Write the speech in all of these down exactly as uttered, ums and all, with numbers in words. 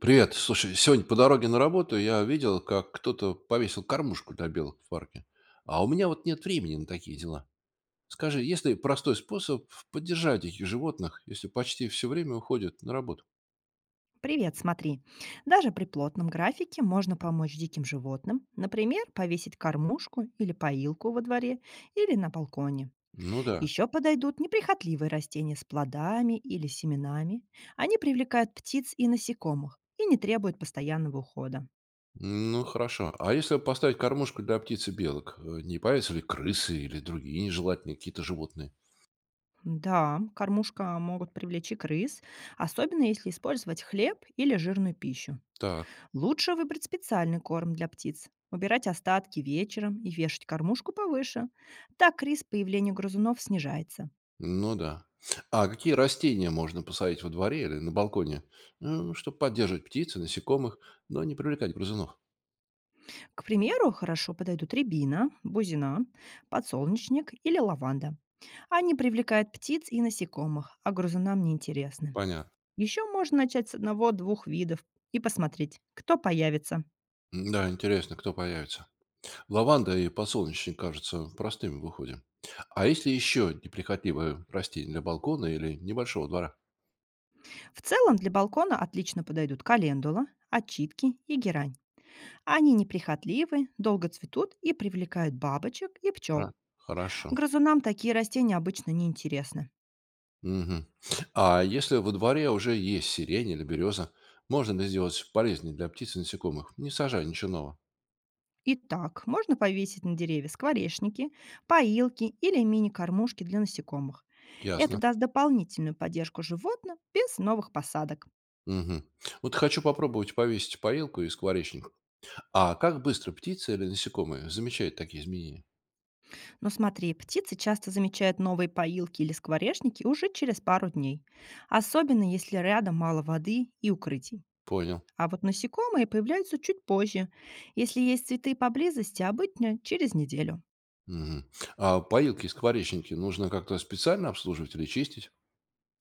Привет. Слушай, сегодня по дороге на работу я видел, как кто-то повесил кормушку для белок в парке. А у меня вот нет времени на такие дела. Скажи, есть ли простой способ поддержать этих животных, если почти все время уходят на работу? Привет, смотри. Даже при плотном графике можно помочь диким животным, например, повесить кормушку или поилку во дворе или на балконе. Ну да. Еще подойдут неприхотливые растения с плодами или семенами. Они привлекают птиц и насекомых и не требуют постоянного ухода. Ну хорошо. А если поставить кормушку для птиц и белок, э, не появятся ли крысы или другие нежелательные какие-то животные? Да, кормушка могут привлечь и крыс, особенно если использовать хлеб или жирную пищу. Так. Лучше выбрать специальный корм для птиц, убирать остатки вечером и вешать кормушку повыше. Так риск появления грызунов снижается. Ну да. А какие растения можно посадить во дворе или на балконе, чтобы поддерживать птиц и насекомых, но не привлекать грызунов? К примеру, хорошо подойдут рябина, бузина, подсолнечник или лаванда. Они привлекают птиц и насекомых, а грызунам неинтересны. Понятно. Еще можно начать с одного-двух видов и посмотреть, кто появится. Да, интересно, кто появится. Лаванда и подсолнечник кажутся простыми в уходе. А если еще неприхотливые растения для балкона или небольшого двора? В целом для балкона отлично подойдут календула, отчитки и герань. Они неприхотливы, долго цветут и привлекают бабочек и А, пчел. хорошо. Грызунам такие растения обычно неинтересны. Мгм. А если во дворе уже есть сирень или береза, можно ли сделать полезнее для птиц и насекомых, не сажая ничего нового? Итак, можно повесить на деревья скворечники, поилки или мини-кормушки для насекомых. Это Ясно. даст дополнительную поддержку животным без новых посадок. Мгм. Вот хочу попробовать повесить поилку и скворечник. А как быстро птицы или насекомые замечают такие изменения? Но смотри, птицы часто замечают новые поилки или скворечники уже через пару дней, особенно если рядом мало воды и укрытий. Понял. А вот насекомые появляются чуть позже. Если есть цветы поблизости, обычно через неделю. Мгм. А поилки и скворечники нужно как-то специально обслуживать или чистить?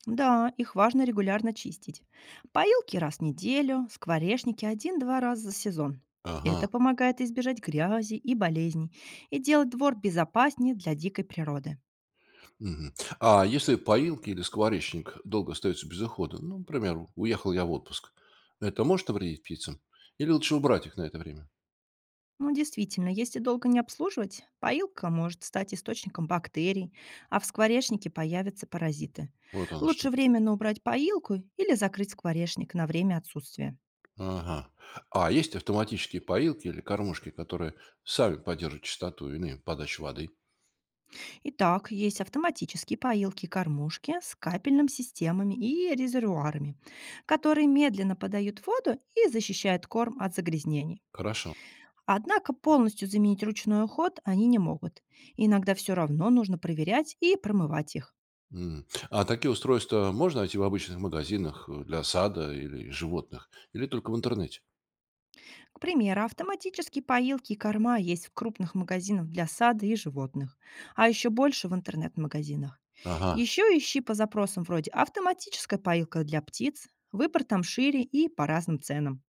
Да, их важно регулярно чистить. Поилки раз в неделю, скворечники один-два раза за сезон. Ага. Это помогает избежать грязи и болезней и делать двор безопаснее для дикой природы. Мгм. А если поилки или скворечник долго остаются без ухода, ну, например, уехал я в отпуск, это может навредить птицам? Или лучше убрать их на это время? Ну, действительно, если долго не обслуживать, поилка может стать источником бактерий, а в скворечнике появятся паразиты. Вот оно Лучше что. временно убрать поилку или закрыть скворечник на время отсутствия. Ага. А есть автоматические поилки или кормушки, которые сами поддерживают частоту или подачу воды? Итак, есть автоматические поилки-кормушки с капельными системами и резервуарами, которые медленно подают воду и защищают корм от загрязнений. Хорошо. Однако полностью заменить ручной уход они не могут. Иногда все равно нужно проверять и промывать их. М. А такие устройства можно найти в обычных магазинах э, для сада или животных? Или только в интернете? К примеру, автоматические поилки и корма есть в крупных магазинах для сада и животных, а еще больше в интернет-магазинах. Ага. Еще ищи по запросам вроде «автоматическая поилка для птиц», выбор там шире и по разным ценам.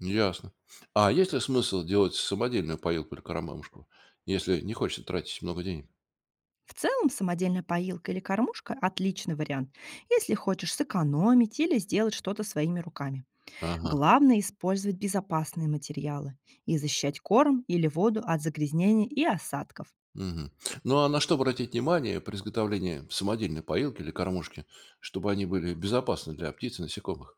Ясно. А есть ли смысл делать самодельную поилку или коромышку, если не хочется тратить много денег? В целом, самодельная поилка или кормушка– отличный вариант, если хочешь сэкономить или сделать что-то своими руками. Ага. Главное– использовать безопасные материалы и защищать корм или воду от загрязнений и осадков. Мгм. Ну а на что обратить внимание при изготовлении самодельной поилки или кормушки, чтобы они были безопасны для птиц и насекомых?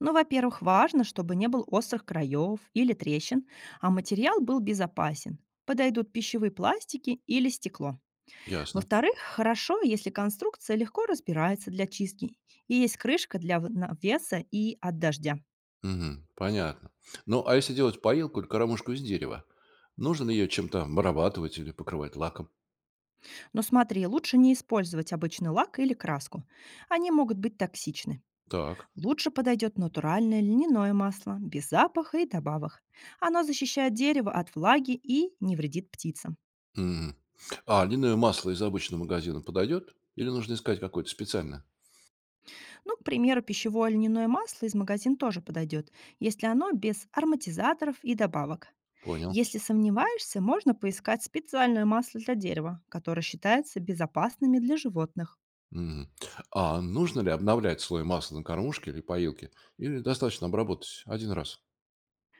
Но, во-первых, важно, чтобы не было острых краев или трещин, а материал был безопасен. Подойдут пищевые пластики или стекло. Ясно. Во-вторых, хорошо, если конструкция легко разбирается для чистки и есть крышка для в- на- веса и от дождя. Мгм. Понятно. Ну а если делать поилку или кормушку из дерева, нужно ли ее чем-то обрабатывать или покрывать лаком? Но смотри, лучше не использовать обычный лак или краску. Они могут быть токсичны. Так. Лучше подойдет натуральное льняное масло, без запаха и добавок. Оно защищает дерево от влаги и не вредит птицам. Мгм. А льняное масло из обычного магазина подойдет? Или нужно искать какое-то специальное? Ну, к примеру, пищевое льняное масло из магазин тоже подойдет, если оно без ароматизаторов и добавок. Понял. Если сомневаешься, можно поискать специальное масло для дерева, которое считается безопасными для животных. Мгм. А нужно ли обновлять слой масла на кормушке или поилке? Или достаточно обработать один раз?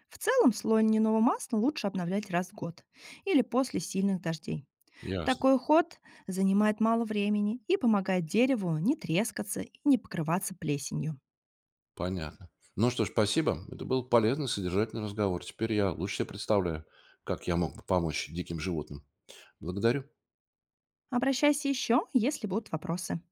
В целом слой льняного масла лучше обновлять раз в год или после сильных дождей. Ясно. Такой ход занимает мало времени и помогает дереву не трескаться и не покрываться плесенью. Понятно. Ну что ж, спасибо. Это был полезный, содержательный разговор. Теперь я лучше себе представляю, как я мог бы помочь диким животным. Благодарю. Обращайся еще, если будут вопросы.